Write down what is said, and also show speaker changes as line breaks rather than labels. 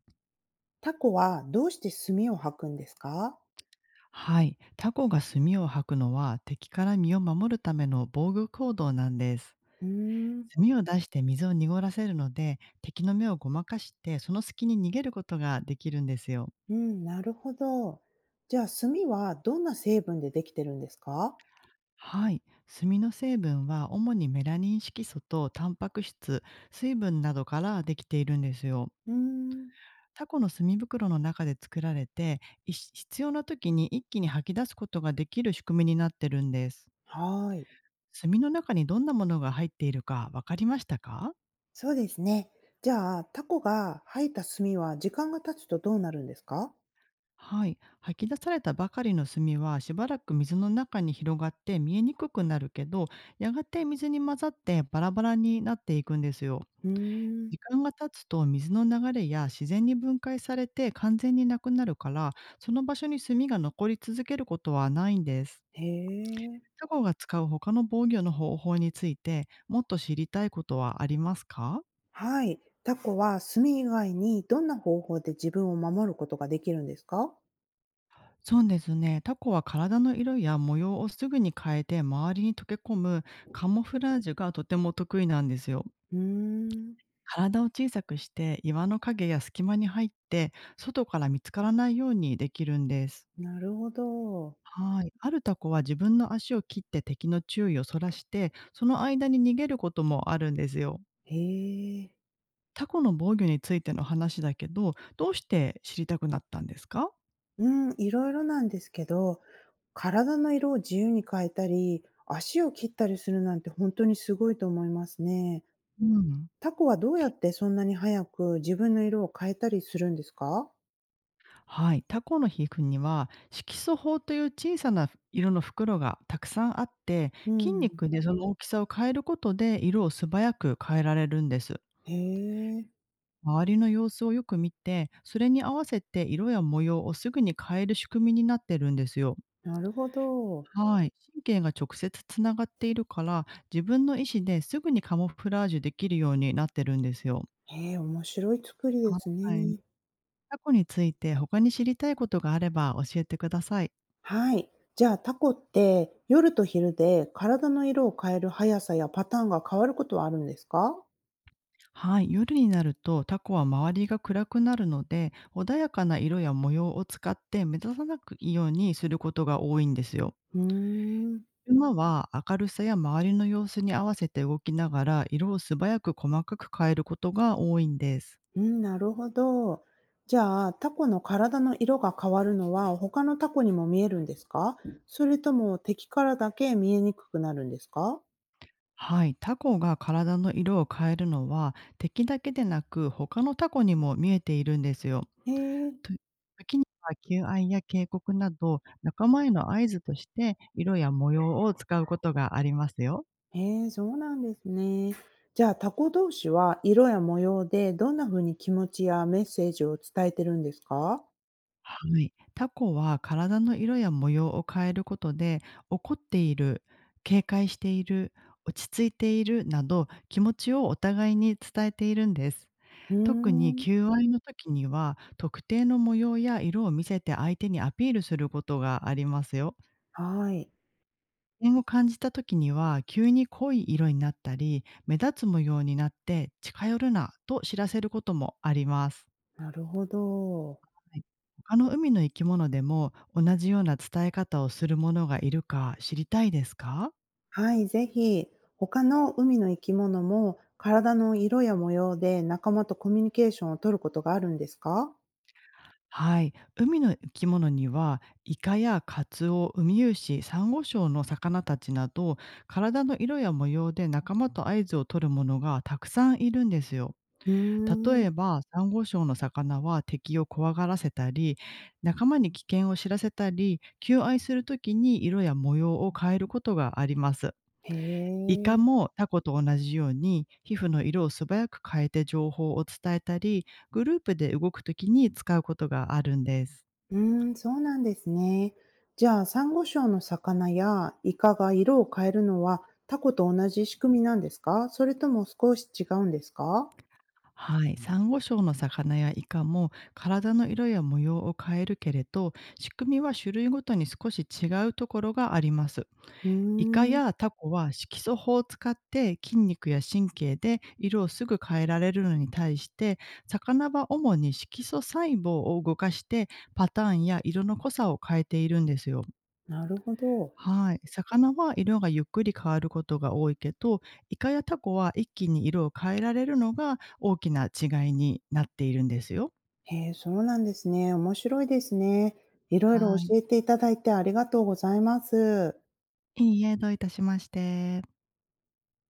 タコはどうして墨を吐くんですか？
はい、タコが墨を吐くのは敵から身を守るための防御行動なんです。
うーん。
墨を出して水を濁らせるので、敵の目をごまかして、その隙に逃げることができるんですよ。
うん、なるほど。じゃあ墨はどんな成分でできてるんですか？
はい、墨の成分は主にメラニン色素とタンパク質、水分などからできているんですよ。
うーん。
タコの墨袋の中で作られて、い必要な時に一気に吐き出すことができる仕組みになってるんです。
はーい。
墨の中にどんなものが入っているかわかりましたか？
そうですね。じゃあタコが吐いた墨は時間が経つとどうなるんですか？
はい、吐き出されたばかりの炭はしばらく水の中に広がって見えにくくなるけど、やがて水に混ざってバラバラになっていくんですよ。
うーん。
時間が経つと水の流れや自然に分解されて完全になくなるから、その場所に炭が残り続けることはないんです。
へえ。
タコが使う他の防御の方法についてもっと知りたいことはありますか？
はい。タコは墨以外にどんな方法で自分を守ることができるんですか？
そうですね。タコは体の色や模様をすぐに変えて周りに溶け込むカモフラージュがとても得意なんですよ。
うーん。
体を小さくして岩の影や隙間に入って、外から見つからないようにできるんです。
なるほど。
はい。あるタコは自分の足を切って敵の注意をそらして、その間に逃げることもあるんですよ。
へえ。
タコの防御についての話だけど、どうして知りたくなったんですか？
うん、いろいろなんですけど、体の色を自由に変えたり、足を切ったりするなんて本当にすごいと思いますね。
うん。
タコはどうやってそんなに早く自分の色を変えたりするんですか？
はい、タコの皮膚には色素胞という小さな色の袋がたくさんあって、
う
筋
ん。
肉でその大きさを変えることで色を素早く変えられるんです。
へえ、
周りの様子をよく見て、それに合わせて色や模様をすぐに変える仕組みになってるんですよ。
なるほど。
はい、神経が直接つながっているから、自分の意思ですぐにカモフラージュできるようになってるんですよ。
へえ、面白い作りです
はい、
ね。
タコについて他に知りたいことがあれば教えてください。
はい。じゃあタコって夜と昼で体の色を変える速さやパターンが変わることはあるんですか？
はい、夜になるとタコは周りが暗くなるので、穏やかな色や模様を使って目立たなくいいようにすることが多いんですよ。
うーん。
馬は明るさや周りの様子に合わせて動きながら、色を素早く細かく変えることが多いんです。
うん、なるほど。じゃあ、タコの体の色が変わるのは他のタコにも見えるんですか？それとも敵からだけ見えにくくなるんですか？
はい、タコが体の色を変えるのは敵だけでなく他のタコにも見えているんですよ。
へえ。
と、時には求愛や警告など仲間への合図として色や模様を使うことがありますよ。
へえ、そうなんですね。じゃあ、タコ同士は色や模様でどんな風に気持ちやメッセージを伝えてるんですか？
はい。タコは体の色や模様を変えることで、怒っている、警戒している、落ち着いているなど気持ちをお互いに伝えているんです。
うー
特に
ん。
求愛の時には、特定の模様や色を見せて相手にアピールすることがありますよ。
はい。
点を感じた時には、急に濃い色になったり、目立つ模様になって近寄るなと知らせることもあります。
なるほど。
はい。他の海の生き物でも同じような伝え方をするものがいるか知りたいですか？
はい、ぜひ。他の海の生き物も体の色や模様で仲間とコミュニケーションを取ることがあるんですか？
はい。海の生き物には、イカやカツオ、ウミウシ、サンゴ礁の魚たちなど、体の色や模様で仲間と合図を取るものがたくさんいるんですよ。
うー
例
ん。
えば、サンゴ礁の魚は敵を怖がらせたり、仲間に危険を知らせたり、求愛するときに色や模様を変えることがあります。
へ
イカ
え。
もタコと同じように、皮膚の色を素早く変えて情報を伝えたり、グループで動くときに使うことがあるんです。
うーん、そうなんですね。じゃあ、サンゴ礁の魚やイカが色を変えるのは、タコと同じ仕組みなんですか？それとも少し違うんですか？
はい、サンゴ礁の魚やイカも体の色や模様を変えるけれど、仕組みは種類ごとに少し違うところがあります。
うー
イカ
ん、
やタコは色素法を使って筋肉や神経で色をすぐ変えられるのに対して、魚は主に色素細胞を動かして、パターンや色の濃さを変えているんですよ。
なるほど。
はい、魚は色がゆっくり変わることが多いけど、イカやタコは一気に色を変えられるのが大きな違いになっているんですよ。
へえ、そうなんですね。面白いですね。いろいろ
はい、
教えていただいてありがとうございます。
いいえ、どういたしまして。